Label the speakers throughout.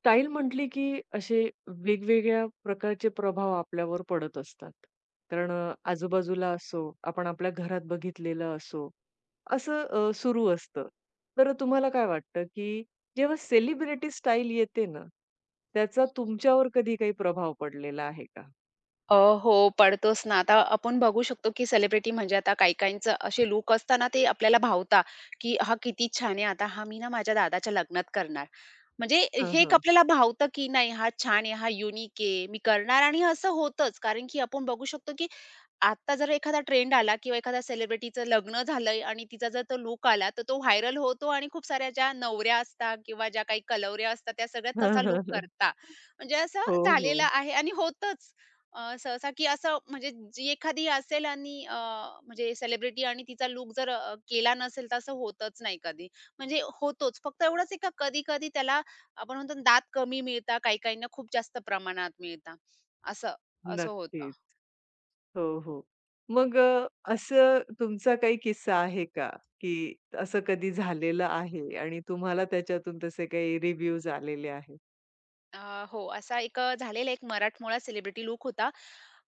Speaker 1: Style म्हटली की असे वेगवेगळ्या प्रकारचे प्रभाव आपल्यावर पडत असतात. कारण आजूबाजूला असो, आपण आपल्या घरात बघितलेलं असो, असं सुरू असतं. तर तुम्हाला काय वाटतं, की जेव्हा सेलिब्रिटी स्टाईल येते ना, त्याचा तुमच्यावर कधी काही प्रभाव पडलेला आहे का?
Speaker 2: अ, हो, पडतोच ना. आता आपण बघू शकतो, की सेलिब्रिटी म्हणजे आता काही-काहींचं असे लूक असताना ते आपल्याला भावता, की "हा किती छान आहे. आता हा मी ना माझ्या दादाच्या लग्नात करणार." म्हणजे
Speaker 1: हां,
Speaker 2: हे एक
Speaker 1: हां.
Speaker 2: आपल्याला भावतं, की नाही हा छान आहे, हा युनिक आहे, मी करणार आणि असं होतंच. कारण की आपण बघू शकतो, की आता जर एखादा ट्रेंड आला किंवा एखाद्या सेलिब्रिटीचं लग्न झालंय आणि तिचा जर तो लूक आला, तर तो व्हायरल होतो आणि खूप साऱ्या ज्या नवऱ्या असतात किंवा ज्या काही कलवऱ्या असतात, त्या सगळ्या
Speaker 1: हां,
Speaker 2: तसा
Speaker 1: हां,
Speaker 2: लूक
Speaker 1: हां.
Speaker 2: करतात. म्हणजे
Speaker 1: हो,
Speaker 2: असं झालेलं
Speaker 1: हो.
Speaker 2: आहे आणि होतंच. सहसा की असं म्हणजे जी एखादी असेल आणि म्हणजे सेलिब्रिटी आणि तिचा लूक जर केला नसेल तर असं होतच नाही कधी. म्हणजे होतोच. फक्त एवढंच आहे का कधी-कधी त्याला आपण म्हणतो ना दात कमी मिळतात, काही-काहींना खूप जास्त प्रमाणात मिळतात. असं, असं होतं.
Speaker 1: नक्कीच. हो, हो. मग अ, असं तुमचा काही किस्सा आहे का, की असं कधी झालेलं आहे आणि तुम्हाला त्याच्यातून तसे काही रिव्ह्यूज आलेले आहेत?
Speaker 2: अ, हो, असा एक झालेला एक मराठमोळा सेलिब्रिटी लूक होता.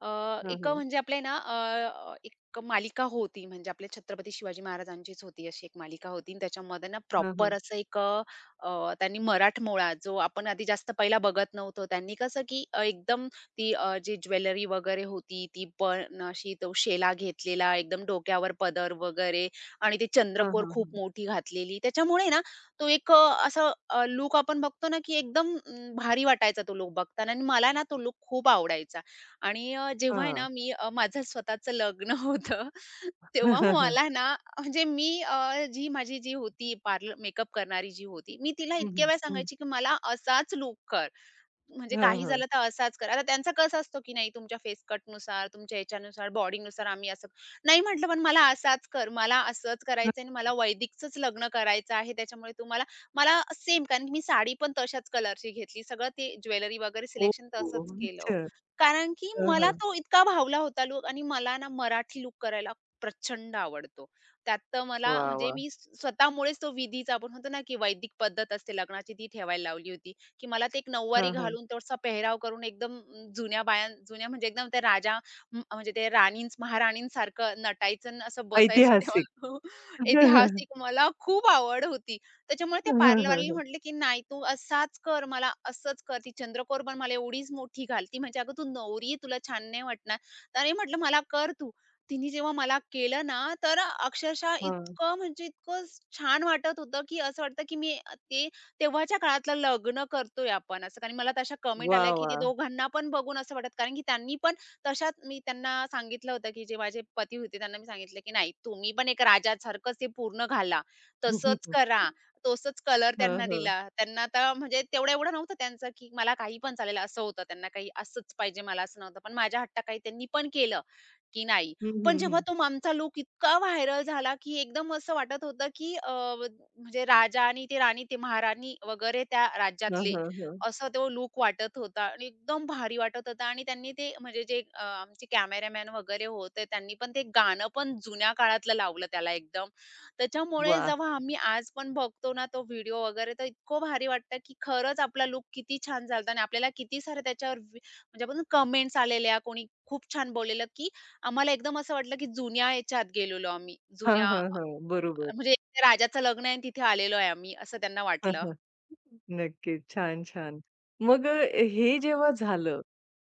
Speaker 1: हां,
Speaker 2: एक
Speaker 1: हां.
Speaker 2: म्हणजे आपले ना एक मालिका होती म्हणजे आपल्या छत्रपती शिवाजी महाराजांचीच होती अशी एक मालिका होती आणि त्याच्यामध्ये ना
Speaker 1: हां,
Speaker 2: प्रॉपर
Speaker 1: हां.
Speaker 2: असं एक त्यांनी मराठमोळा जो आपण आधी जास्त पहिला बघत नव्हतो. त्यांनी कसं की एकदम ती जी ज्वेलरी वगैरे होती ती पण अशी तो शेला घेतलेला, एकदम डोक्यावर पदर वगैरे आणि ते
Speaker 1: हां,
Speaker 2: चंद्रकोर
Speaker 1: हां,
Speaker 2: खूप
Speaker 1: हां.
Speaker 2: मोठी घातलेली. त्याच्यामुळे ना तो एक असं लूक आपण बघतो ना, की एकदम भारी वाटायचा तो लूक बघताना आणि मला ना तो लूक खूप आवडायचा. आणि जेव्हा आहे ना
Speaker 1: हां.
Speaker 2: मी माझं स्वतःचं लग्न होतं, तेव्हा मला ना म्हणजे मी जी माझी जी होती पार्लर मेकअप करणारी जी होती, मी तिला
Speaker 1: हं,
Speaker 2: इतक्या
Speaker 1: हं.
Speaker 2: वेळा
Speaker 1: हं. हां,
Speaker 2: सांगायची, की मला असाच लूक कर. म्हणजे काही झालं तर असाच करा. आता त्यांचा कसं असतो, की नाही तुमच्या फेस कटनुसार, तुमच्या ह्याच्यानुसार, बॉडीनुसार आम्ही असं नाही म्हटलं, "पण मला असाच कर, मला असंच करायचं आहे आणि मला वैदिकचंच लग्न करायचं आहे. त्याच्यामुळे तुम्हाला मला सेम कारण की मी साडी पण तशाच कलरची घेतली. सगळं ते ज्वेलरी वगैरे
Speaker 1: ओ,
Speaker 2: सिलेक्शन
Speaker 1: हो.
Speaker 2: तसंच केलं." हो.
Speaker 1: अच्छा.
Speaker 2: कारण की
Speaker 1: हां,
Speaker 2: मला
Speaker 1: हां.
Speaker 2: तो इतका भावला होता लूक आणि मला ना मराठी लूक करायला प्रचंड आवडतो. त्यात तर मला
Speaker 1: वाह!
Speaker 2: म्हणजे
Speaker 1: वाह!
Speaker 2: मी स्वतःमुळेच तो विधीचा आपण म्हणतो ना, की वैदिक पद्धत असते लग्नाची ती ठेवायला लावली होती. की मला ते एक नऊवारी
Speaker 1: हां, हां.
Speaker 2: घालून तसा पेहराव करून एकदम जुन्या बाया जुन्या म्हणजे एकदम त्या राजा म्हणजे ते राणींच महाराणींसारखं नटायचं आणि असं बसायचं तेव्हा
Speaker 1: ऐतिहासिक.
Speaker 2: तो ऐतिहासिक मला खूप आवड होती. त्याच्यामुळे त्या
Speaker 1: हं, हं, हं,
Speaker 2: पार्लरवालीला
Speaker 1: हं.
Speaker 2: म्हटले, "की नाही तू असाच कर, मला असंच कर." ती चंद्रकोर पण मला एवढीच मोठी घालती म्हणजे "अगं तू नवरी आहे, तुला छान नाही वाटणार?" "अरे," म्हटलं, "मला कर तू." तिने जेव्हा मला केलं ना, तर अक्षरशः
Speaker 1: हां.
Speaker 2: इतकं म्हणजे इतकं छान वाटत होतं, की असं वाटतं की मी ते तेव्हाच्या काळातलं लग्न करतोय आपण असं. कारण मला तशा कमेंट आल्या,
Speaker 1: वाह!
Speaker 2: की ते
Speaker 1: वाह!
Speaker 2: दोघांना पण बघून असं वाटत कारण की त्यांनी पण तशाच मी त्यांना सांगितलं होतं, की जे माझे पती होते त्यांना मी सांगितलं, की "नाही तुम्ही पण एक राजासारखंच ते पूर्ण घाला, तसंच करा." तसंच कलर
Speaker 1: हां,
Speaker 2: त्यांना
Speaker 1: हां.
Speaker 2: दिला. त्यांना आता म्हणजे तेवढं एवढं नव्हतं त्यांचं, की मला काही पण चालेल असं होतं. त्यांना काही असंच पाहिजे मला असं नव्हतं. पण माझ्या हट्टाकाही त्यांनी पण केलं. की नाही.
Speaker 1: हं,
Speaker 2: पण
Speaker 1: हं,
Speaker 2: जेव्हा
Speaker 1: हं.
Speaker 2: तो आमचा लूक इतका व्हायरल झाला, की एकदम असं वाटत होतं, की म्हणजे राजा आणि ते राणी, ते महाराणी वगैरे त्या
Speaker 1: हां,
Speaker 2: राज्यातले,
Speaker 1: हां, हां.
Speaker 2: असा तो लूक वाटत होता आणि एकदम भारी वाटत होता आणि त्यांनी ते म्हणजे जे आमचे कॅमेरामॅन वगैरे होते, त्यांनी पण ते गाणं पण जुन्या काळातलं लावलं त्याला एकदम. त्याच्यामुळे
Speaker 1: वाह!
Speaker 2: जेव्हा आम्ही आज पण बघतो ना तो व्हिडिओ वगैरे, तर इतकं भारी वाटतं, की खरंच आपला लूक किती छान झाला आणि आपल्याला किती साऱ्या त्याच्यावर म्हणजे आपण कमेंट्स आलेल्या, कोणी खूप छान बोललेलं, की आम्हाला एकदम असं वाटलं, की जुन्या ह्याच्यात गेलेलो आम्ही.
Speaker 1: हां,
Speaker 2: जुन्या
Speaker 1: हां, बरोबर.
Speaker 2: म्हणजे राजाचं लग्न आहे आणि तिथे आलेलो आहे आम्ही, असं त्यांना वाटलं.
Speaker 1: नक्कीच. छान, छान. मग अ, हे जेव्हा झालं,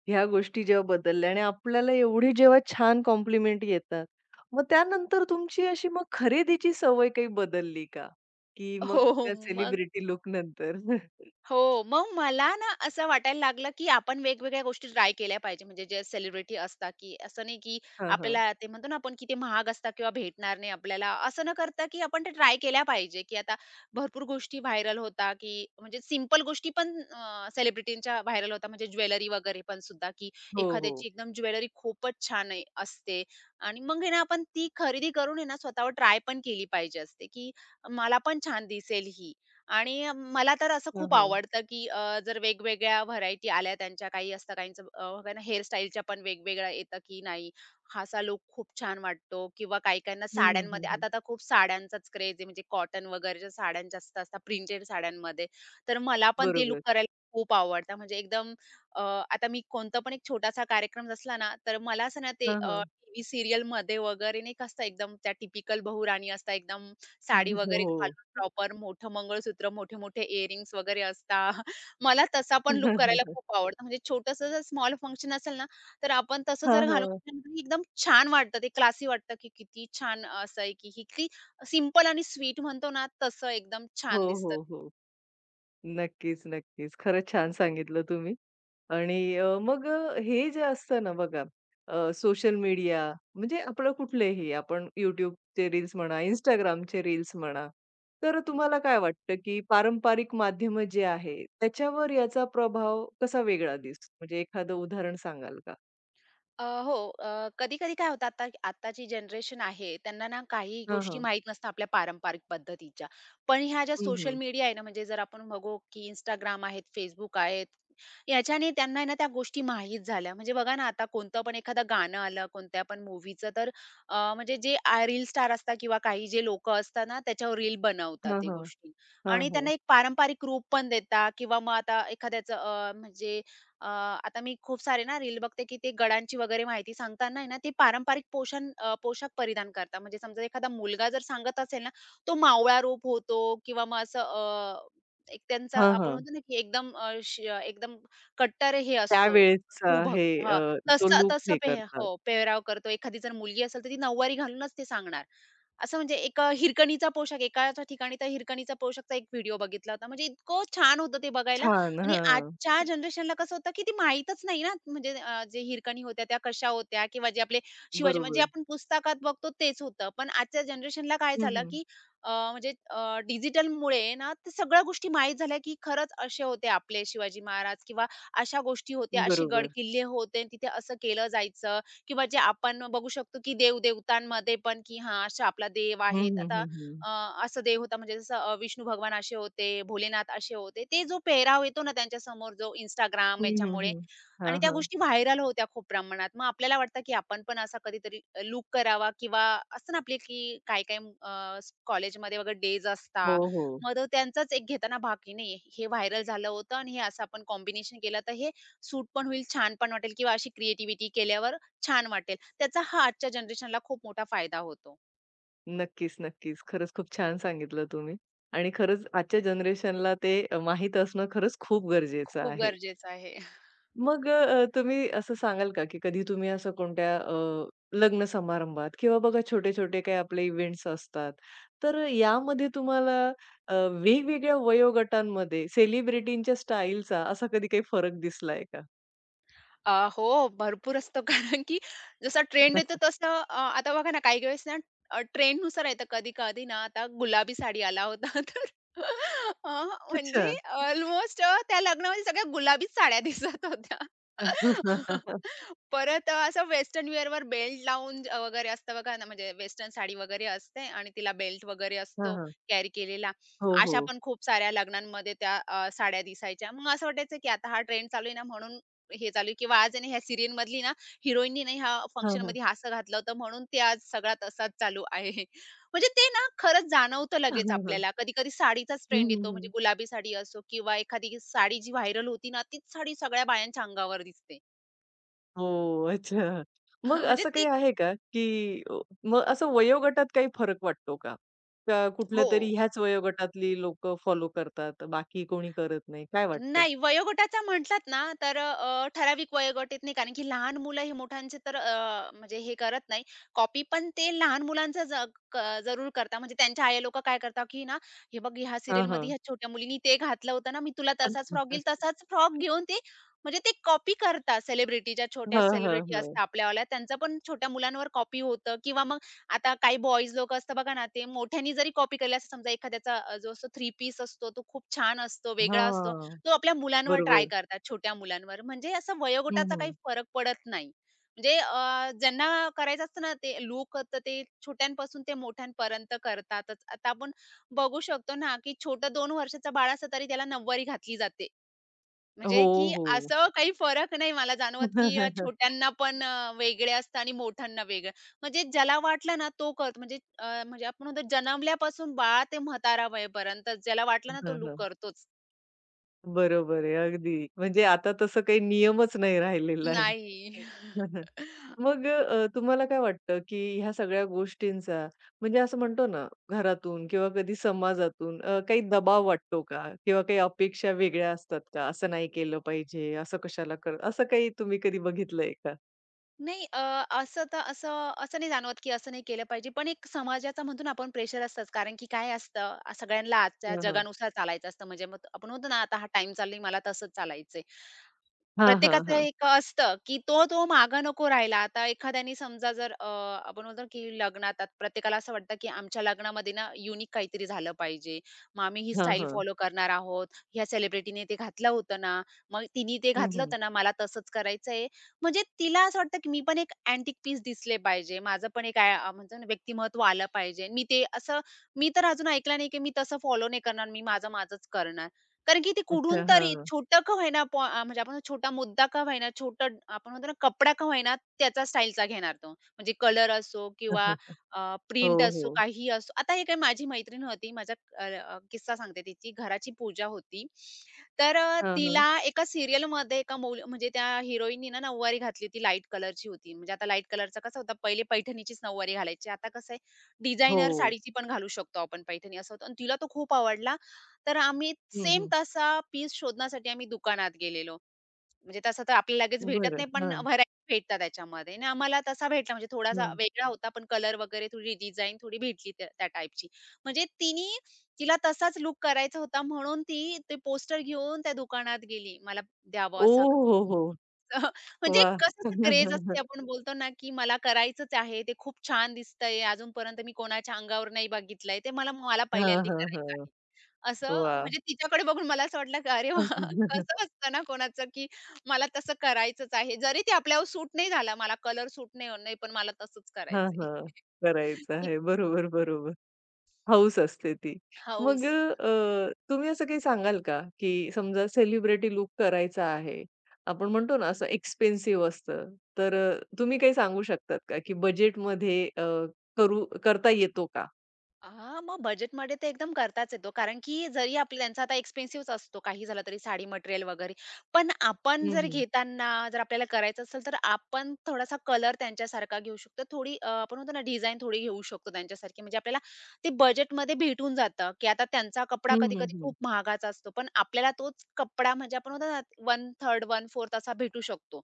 Speaker 1: ह्या गोष्टी जेव्हा बदलल्या आणि आपल्याला एवढी जेव्हा छान कॉम्प्लिमेंट येतात, मग त्यानंतर तुमची अशी मग खरेदीची सवय काही बदलली का? की मग
Speaker 2: हो, हो.
Speaker 1: त्या
Speaker 2: मग
Speaker 1: सेलिब्रिटी लूक नंतर?
Speaker 2: हो, मग मला ना असं वाटायला लागलं, की आपण वेगवेगळ्या गोष्टी ट्राय केल्या पाहिजे. म्हणजे जे सेलिब्रिटी असतात, की असं नाही, की
Speaker 1: हां, हां.
Speaker 2: आपल्याला ते म्हणतो ना आपण, की ते महाग असतात किंवा भेटणार नाही आपल्याला. असं न करता, की आपण ते ट्राय केल्या पाहिजे, की आता भरपूर गोष्टी व्हायरल होतात, की म्हणजे सिंपल गोष्टी पण सेलिब्रिटींच्या व्हायरल होतात. म्हणजे ज्वेलरी वगैरे पण सुद्धा, की
Speaker 1: हो, हो.
Speaker 2: एखाद्याची एकदम ज्वेलरी खूपच छान आहे असते आणि मग आहे ना आपण ती खरेदी करून आहे ना स्वतःवर ट्राय पण केली पाहिजे असते, की मला पण छान दिसेल ही. आणि मला तर असं
Speaker 1: हां,
Speaker 2: खूप
Speaker 1: हां.
Speaker 2: आवडतं, की जर वेगवेगळ्या व्हरायटी आल्या त्यांच्या काही असतं काहींचं बघा ना हेअरस्टाईलच्या पण वेगवेगळ्या येतं, की नाही हा असा लूक खूप छान वाटतो किंवा काही-काहींना
Speaker 1: हं, हं, हं,
Speaker 2: साड्यांमध्ये
Speaker 1: हं.
Speaker 2: आता तर खूप साड्यांचाच क्रेझ आहे म्हणजे कॉटन वगैरेच्या साड्या जास्त असतात प्रिंटेड साड्यांमध्ये. तर मला पण ते लूक
Speaker 1: बरोबर.
Speaker 2: करायला खूप आवडतं. म्हणजे एकदम अ, आता मी कोणता पण एक छोटासा कार्यक्रम असला ना, तर मला असं ना ते
Speaker 1: हां, हां.
Speaker 2: टीव्ही सीरियलमध्ये वगैरे नाही का एकदम त्या टिपिकल बहुराणी असतात एकदम साडी वगैरे
Speaker 1: हो.
Speaker 2: घालून प्रॉपर मोठं मंगळसूत्र, मोठे-मोठे इअरिंग्स वगैरे असतात. मला तसा पण लूक करायला खूप आवडतं. म्हणजे छोटंसं जर स्मॉल फंक्शन असेल ना, तर आपण तसं
Speaker 1: हां,
Speaker 2: जर घालून
Speaker 1: हां.
Speaker 2: गेलं ना, एकदम छान वाटतं. ते क्लासी वाटतं, की किती छान असं आहे, की ही किती सिंपल आणि स्वीट म्हणतो ना, तसं एकदम
Speaker 1: हो,
Speaker 2: छान
Speaker 1: हो,
Speaker 2: दिसतं.
Speaker 1: हो. नक्कीच, नक्कीच. खरंच छान सांगितलं तुम्ही. आणि हे जे असतं ना बघा, सोशल मीडिया म्हणजे आपलं कुठलेही आपण YouTubeचे रील्स म्हणा, Instagramचे रील्स म्हणा. तर तुम्हाला काय वाटतं, की पारंपरिक माध्यमं जे आहे, त्याच्यावर याचा प्रभाव कसा वेगळा दिसतो? म्हणजे एखादं उदाहरण सांगाल का?
Speaker 2: हो. कधी-कधी काय होतं आता आत्ताची जनरेशन आहे, त्यांना ना काही
Speaker 1: हां,
Speaker 2: गोष्टी
Speaker 1: हां.
Speaker 2: माहीत नसतात आपल्या पारंपरिक पद्धतीच्या. पण ह्या ज्या
Speaker 1: हं,
Speaker 2: सोशल
Speaker 1: हं.
Speaker 2: मीडिया आहे ना, म्हणजे जर आपण बघू की इंस्टाग्राम आहेत, Facebook आहेत, याच्याने त्यांना आहे ना त्या गोष्टी माहीत झाल्या. म्हणजे बघा ना, आता कोणतं पण एखादं गाणं आलं, कोणत्या पण मूव्हीचं तर म्हणजे जे रील स्टार असतात किंवा काही जे लोकं असतात ना, त्याच्यावर रील बनवतात
Speaker 1: हां,
Speaker 2: ते
Speaker 1: हां.
Speaker 2: गोष्टी
Speaker 1: हां,
Speaker 2: आणि
Speaker 1: हां.
Speaker 2: त्यांना एक पारंपरिक रूप पण देतात किंवा मग आता एखाद्याचं म्हणजे अ, आता मी खूप सारे ना रील बघते, की ते गडांची वगैरे माहिती सांगताना आहे ना, ते पारंपरिक पोषण पोशाख परिधान करतात. म्हणजे समजा एखादा मुलगा जर सांगत असेल ना, तो मावळा रूप होतो किंवा मग असं एक त्यांचा
Speaker 1: हां,
Speaker 2: आपण
Speaker 1: हां.
Speaker 2: म्हणतो ना, की एकदम अ, श एकदम कट्टर हे असतो
Speaker 1: त्यावेळेसचा
Speaker 2: सुभग
Speaker 1: हे
Speaker 2: हां,
Speaker 1: अ, तो
Speaker 2: तसं
Speaker 1: लूक
Speaker 2: तसं
Speaker 1: हे करतात.
Speaker 2: हो, पेहराव करतो. एखादी जर मुलगी असेल, तर ती नऊवारी घालूनच ते सांगणार. असं म्हणजे एक हिरकणीचा पोशाख एकाच्या ठिकाणी त्या हिरकणीचा पोशाखचा एक व्हिडिओ बघितला होता. म्हणजे इतकं छान होतं ते बघायला
Speaker 1: छान.
Speaker 2: आणि
Speaker 1: हां.
Speaker 2: आजच्या जनरेशनला कसं होतं, की ती माहीतच नाही ना, म्हणजे जे हिरकणी होत्या त्या कशा होत्या किंवा जे आपले शिवाजी म्हणजे
Speaker 1: बरोबर.
Speaker 2: आपण पुस्तकात बघतो तेच होतं. पण आजच्या जनरेशनला काय
Speaker 1: हं,
Speaker 2: झालं,
Speaker 1: हं.
Speaker 2: की म्हणजे डिजिटलमुळे ना त्या सगळ्या गोष्टी माहीत झाल्या, की खरंच असे होते आपले शिवाजी महाराज किंवा अशा गोष्टी होत्या, असे गड
Speaker 1: बरोबर.
Speaker 2: किल्ले होते, तिथे असं केलं जायचं. किंवा जे आपण बघू शकतो की देव-देवतांमध्ये पण की हां, असा आपला देव
Speaker 1: हं,
Speaker 2: आहेत.
Speaker 1: हं,
Speaker 2: आता
Speaker 1: हं, हं.
Speaker 2: अ, असं देव होता म्हणजे जसं विष्णू भगवान असे होते, भोलेनाथ असे होते. ते जो पेहराव येतो ना त्यांच्यासमोर जो Instagram
Speaker 1: हं, हं,
Speaker 2: याच्यामुळे
Speaker 1: हं. हां,
Speaker 2: आणि त्या
Speaker 1: हां.
Speaker 2: गोष्टी व्हायरल होत्या खूप प्रमाणात. मग आपल्याला वाटतं की आपण पण असा कधीतरी लूक करावा किंवा असतं ना आपले की काही-काही कॉलेजमध्ये वगैरे डेज
Speaker 1: हो,
Speaker 2: असतात.
Speaker 1: हो.
Speaker 2: मग तो त्यांचाच एक घेताना भाग की नाही हे व्हायरल झालं होतं आणि हे असं आपण कॉम्बिनेशन केलं तर हे सूट पण होईल, छान पण वाटेल किंवा अशी क्रिएटिव्हिटी केल्यावर छान वाटेल. त्याचा हा आजच्या जनरेशनला खूप मोठा फायदा होतो.
Speaker 1: नक्कीच, नक्कीच. खरंच खूप छान सांगितलं तुम्ही आणि खरंच आजच्या जनरेशनला ते माहीत असणं खरंच खूप गरजेचं
Speaker 2: खूप
Speaker 1: आहे.
Speaker 2: गरजेचं आहे.
Speaker 1: तुम्ही असं सांगाल का, की कधी तुम्ही असं कोणत्या लग्न समारंभात किंवा बघा छोटे-छोटे काही आपले इव्हेंट्स असतात, तर यामध्ये तुम्हाला अ, वेगवेगळ्या वयोगटांमध्ये सेलिब्रिटींच्या स्टाईलचा असा कधी काही फरक दिसलाय का?
Speaker 2: अ, हो, भरपूर असतो कारण की जसा ट्रेंड येतो तसं आता बघा ना, काही वेळेस ना ट्रेंडनुसार येतं कधी-कधी ना, आता गुलाबी साडी आला होता तर अ,
Speaker 1: अच्छा.
Speaker 2: म्हणजे ऑलमोस्ट त्या लग्नामध्ये सगळ्या गुलाबीच साड्या दिसत होत्या. परत असं वेस्टर्न वेअरवर बेल्ट लावून वगैरे असतं बघा ना, म्हणजे वेस्टर्न साडी वगैरे असते आणि तिला बेल्ट वगैरे
Speaker 1: हां,
Speaker 2: असतो
Speaker 1: हां.
Speaker 2: कॅरी केलेला.
Speaker 1: हो,
Speaker 2: अशा
Speaker 1: हो.
Speaker 2: पण खूप साऱ्या लग्नांमध्ये त्या साड्या दिसायच्या. मग असं वाटायचं की आता हा ट्रेंड चालू आहे ना, म्हणून हे चालू आहे किंवा आज आहे ना ह्या सीरियल मधली ना हिरोईननी ना ह्या
Speaker 1: हां, हां.
Speaker 2: फंक्शनमध्ये हासं घातलं होतं म्हणून ते आज सगळा तसाच चालू आहे. म्हणजे ते ना खरंच जाणवतं
Speaker 1: हां,
Speaker 2: लगेच
Speaker 1: हां, हां.
Speaker 2: आपल्याला. कधी-कधी साडीचाच
Speaker 1: हं,
Speaker 2: ट्रेंड
Speaker 1: हं,
Speaker 2: येतो म्हणजे
Speaker 1: हं.
Speaker 2: गुलाबी साडी असो किंवा एखादी साडी जी व्हायरल होती ना, तीच साडी सगळ्या बायांच्या अंगावर दिसते.
Speaker 1: हो, अच्छा. मग
Speaker 2: म्हणजे
Speaker 1: असं
Speaker 2: ती
Speaker 1: काही आहे का, की मग असं वयोगटात काही फरक वाटतो का? का
Speaker 2: हो.
Speaker 1: कुठल्यातरी ह्याच वयोगटातली लोकं फॉलो करतात, बाकी कोणी करत नाही, काय वाटतं?
Speaker 2: नाही, वयोगटाचा म्हटलात ना, तर ठराविक वयोगट येत नाही. कारण की लहान मुलं हे मोठ्यांचे तर म्हणजे हे करत नाही. कॉपी पण ते लहान मुलांचं क जरूर करता म्हणजे त्यांच्या आई लोकं काय करतात, की ना, "हे बघ ह्या
Speaker 1: हां,
Speaker 2: सीरियलमध्ये
Speaker 1: हां.
Speaker 2: ह्या छोट्या मुलीनी ते घातलं होतं ना, मी तुला तसाच फ्रॉक घेईल." तसाच फ्रॉक घेऊन ते म्हणजे ते कॉपी करतात. सेलिब्रिटीच्या छोट्या
Speaker 1: हां, हां,
Speaker 2: सेलिब्रिटी
Speaker 1: हां.
Speaker 2: असतात आपल्यावाल्या, त्यांचं पण छोट्या मुलांवर कॉपी होतं किंवा मग आता काही बॉयज लोकं असतात बघा ना, ते मोठ्यानी जरी कॉपी केली, असं समजा एखाद्याचा जो असतो थ्री पीस असतो, तो खूप छान असतो, वेगळा असतो.
Speaker 1: हां,
Speaker 2: तो आपल्या मुलांवर ट्राय
Speaker 1: बरोबर.
Speaker 2: करतात, छोट्या मुलांवर. म्हणजे असं
Speaker 1: हं,
Speaker 2: वयोगटाचा
Speaker 1: हं.
Speaker 2: काही फरक पडत नाही. म्हणजे ज्यांना करायचं असतं ना, ते लोक तर ते छोट्यांपासून ते मोठ्यांपर्यंत करतातच. आता आपण बघू शकतो ना, की छोटं 2 वर्षाचं बाळ असलं तरी त्याला नऊवारी घातली जाते.
Speaker 1: हो,
Speaker 2: म्हणजे की
Speaker 1: हो.
Speaker 2: असं काही फरक नाही मला जाणवत, की छोट्यांना पण वेगळे असतं आणि मोठ्यांना वेगळं. म्हणजे ज्याला वाटलं ना, तो करतो. म्हणजे आपण म्हणतो जन्मल्यापासून बाळा ते म्हातारा वयेपर्यंत ज्याला वाटलं ना, तो
Speaker 1: हं,
Speaker 2: लूक
Speaker 1: हं.
Speaker 2: करतोच.
Speaker 1: बरोबर आहे. अगदी. म्हणजे आता तसं काही नियमच नाही राहिलेला आहे.
Speaker 2: नाही.
Speaker 1: तुम्हाला काय वाटतं, की ह्या सगळ्या गोष्टींचा म्हणजे असं म्हणतो ना, घरातून किंवा कधी समाजातून काही दबाव वाटतो का? किंवा काही अपेक्षा वेगळ्या असतात का? असं नाही केलं पाहिजे, असं कशाला कर असं काही तुम्ही कधी बघितलंय का?
Speaker 2: नाही असं तर असं असं नाही जाणवत, की असं नाही केलं पाहिजे. पण एक समाजाचा म्हणतो ना आपण प्रेशर असतंच. कारण की काय असतं, सगळ्यांना आजच्या
Speaker 1: हां, हां.
Speaker 2: जगानुसार चालायचं असतं. म्हणजे मग आपण म्हणतो ना, आता हा टाइम चालला आहे, मला तसंच चालायचंय.
Speaker 1: हां, हां,
Speaker 2: प्रत्येकाचं
Speaker 1: हां.
Speaker 2: एक असतं, की तो मागे नको राहायला. आता एखाद्याने समजा जर आपण म्हणतो ना, की लग्नात आता प्रत्येकाला असं वाटतं, की आमच्या लग्नामध्ये ना युनिक काहीतरी झालं पाहिजे. मग आम्ही ही
Speaker 1: हां,
Speaker 2: स्टाईल
Speaker 1: हां.
Speaker 2: फॉलो करणार आहोत. ह्या सेलिब्रिटीने ते घातलं होतं ना, मग तिने ते
Speaker 1: हं,
Speaker 2: घातलं
Speaker 1: हं.
Speaker 2: होतं ना, मला तसंच करायचंय. म्हणजे तिला असं वाटतं, की मी पण एक अँटिक पीस दिसले पाहिजे. माझं पण एक म्हणतो ना व्यक्तिमत्व आलं पाहिजे. मी ते असं मी तर अजून ऐकलं नाही, की मी तसं फॉलो नाही करणार. मी माझं, माझंच करणार. कारण की ते कुठून
Speaker 1: अच्छा.
Speaker 2: तरी
Speaker 1: हां.
Speaker 2: छोटं का होईना म्हणजे आपण छोटा मुद्दा का होईना, छोटं आपण म्हणतो ना कपडा का होईना त्याचा स्टाईलचा घेणार तो. म्हणजे कलर असो किंवा
Speaker 1: हो,
Speaker 2: प्रिंट असो,
Speaker 1: हो.
Speaker 2: काही असो. आता हे काय माझी मैत्रीण होती, किस्सा सांगते तिची. घराची पूजा होती. तर
Speaker 1: हां,
Speaker 2: तिला
Speaker 1: हां.
Speaker 2: एका सीरियलमध्ये एका म्हणजे त्या हिरोईननी ना नऊवारी घातली होती, लाईट कलरची होती. म्हणजे आता लाईट कलरचा कसा होता, पहिले पैठणीचीच नऊवारी घालायची. आता कसं आहे डिझायनर
Speaker 1: हो.
Speaker 2: साडीची पण घालू शकतो आपण पैठणी असं होतं. आणि तिला तो खूप आवडला. तर आम्ही
Speaker 1: हं,
Speaker 2: सेम
Speaker 1: हं.
Speaker 2: तसा पीस शोधण्यासाठी आम्ही दुकानात गेलेलो. म्हणजे तसं तर आपल्याला लगेच भेटत
Speaker 1: बरं.
Speaker 2: नाही, पण
Speaker 1: हां,
Speaker 2: व्हरायटी भेटतात त्याच्यामध्ये आणि आम्हाला तसा भेटला म्हणजे थोडासा
Speaker 1: हां.
Speaker 2: वेगळा होता, पण कलर वगैरे थोडी डिझाइन थोडी भेटली त्या त्या टाइपची. म्हणजे तिने तिला तसाच लूक करायचा होता म्हणून ती ते पोस्टर घेऊन त्या दुकानात गेली. मला द्यावं असा.
Speaker 1: ओह! हो, हो.
Speaker 2: म्हणजे
Speaker 1: वाह!
Speaker 2: कसं क्रेज असते आपण बोलतो ना, की मला करायचंच आहे. ते खूप छान दिसतंय. अजूनपर्यंत मी कोणाच्या अंगावर नाही बघितलंय. ते मला मला
Speaker 1: हां,
Speaker 2: पहिल्यांदा
Speaker 1: हां,
Speaker 2: करायचं
Speaker 1: हां.
Speaker 2: आहे. असं
Speaker 1: वाह!
Speaker 2: म्हणजे तिच्याकडे बघून मला असं वाटलं की अरे वाह! कसं असतं ना कोणाचं, की मला तसं करायचंच आहे. जरी ते आपल्यावर सूट नाही झाला, मला कलर सूट नाही होत नाही, पण मला तसंच
Speaker 1: हां,
Speaker 2: करायचंय.
Speaker 1: हां. करायचं
Speaker 2: एक
Speaker 1: आहे. बरोबर, बरोबर. हौस असते ती.
Speaker 2: हौस.
Speaker 1: तुम्ही असं काही सांगाल का, की समजा सेलिब्रिटी लूक करायचा आहे. आपण म्हणतो ना असं एक्सपेन्सिव्ह असतं. तर तुम्ही काही सांगू शकतात का, की बजेटमध्ये करू करता येतो का?
Speaker 2: हां, मग बजेटमध्ये ते एकदम करताच येतो. कारण की जरी आपल्या त्यांचा आता एक्सपेन्सिव्ह असतो, काही झालं तरी साडी मटेरियल वगैरे. पण आपण
Speaker 1: हं,
Speaker 2: जर
Speaker 1: हं.
Speaker 2: घेताना जर आपल्याला करायचं असेल, तर आपण थोडासा कलर त्यांच्यासारखा घेऊ शकतो. थोडी आपण म्हणतो ना डिझाइन थोडी घेऊ शकतो त्यांच्यासारखी. म्हणजे आपल्याला ते बजेटमध्ये भेटून जातं, की आता त्यांचा कपडा
Speaker 1: हं, हं,
Speaker 2: कधी-कधी
Speaker 1: हं.
Speaker 2: खूप महागाचा असतो. पण आपल्याला तोच कपडा म्हणजे आपण म्हणतो ना, 1/3, 1/4 असा भेटू शकतो.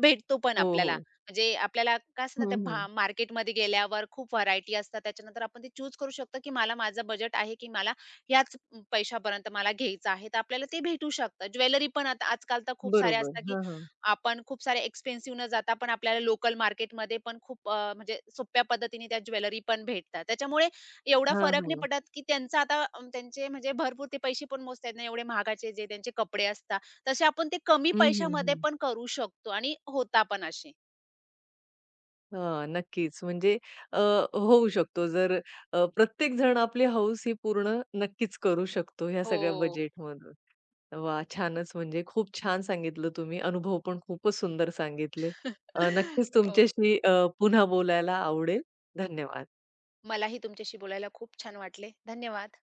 Speaker 2: भेटतो पण
Speaker 1: हो,
Speaker 2: आपल्याला.
Speaker 1: हो.
Speaker 2: म्हणजे आपल्याला काय असतं ना ते
Speaker 1: हं, हं.
Speaker 2: मार्केटमध्ये गेल्यावर खूप व्हरायटी असतात. त्याच्यानंतर आपण ते चूज करू शकतो, की मला माझं बजेट आहे, की मला याच पैशापर्यंत मला घ्यायचं आहे. तर आपल्याला ते भेटू शकतं. ज्वेलरी पण आता आजकाल तर खूप साऱ्या
Speaker 1: बरोबर.
Speaker 2: असतात, की
Speaker 1: हां, हां.
Speaker 2: आपण खूप सारे एक्सपेन्सिव्ह न जाता पण आपल्याला लोकल मार्केटमध्ये पण खूप म्हणजे सोप्या पद्धतीने त्या ज्वेलरी पण भेटतात. त्याच्यामुळे एवढा
Speaker 1: हां,
Speaker 2: फरक नाही
Speaker 1: हां.
Speaker 2: पडत, की त्यांचं त्यांचे म्हणजे भरपूर ते पैसे पण मोजता येत नाही एवढे महागाचे जे त्यांचे कपडे असतात. तसे आपण ते कमी
Speaker 1: हं, हं,
Speaker 2: पैशामध्ये
Speaker 1: हं.
Speaker 2: पण करू शकतो आणि होता पण असे.
Speaker 1: हां, नक्कीच. म्हणजे अ, होऊ शकतो. जर प्रत्येक जण आपली हौस ही पूर्ण नक्कीच करू शकतो ह्या
Speaker 2: हो.
Speaker 1: सगळ्या बजेटमधून. वाह! छानच म्हणजे खूप छान सांगितलं तुम्ही. अनुभव पण खूपच सुंदर सांगितले. नक्कीच
Speaker 2: हो.
Speaker 1: तुमच्याशी पुन्हा बोलायला आवडेल. धन्यवाद.
Speaker 2: मलाही तुमच्याशी बोलायला खूप छान वाटले. धन्यवाद.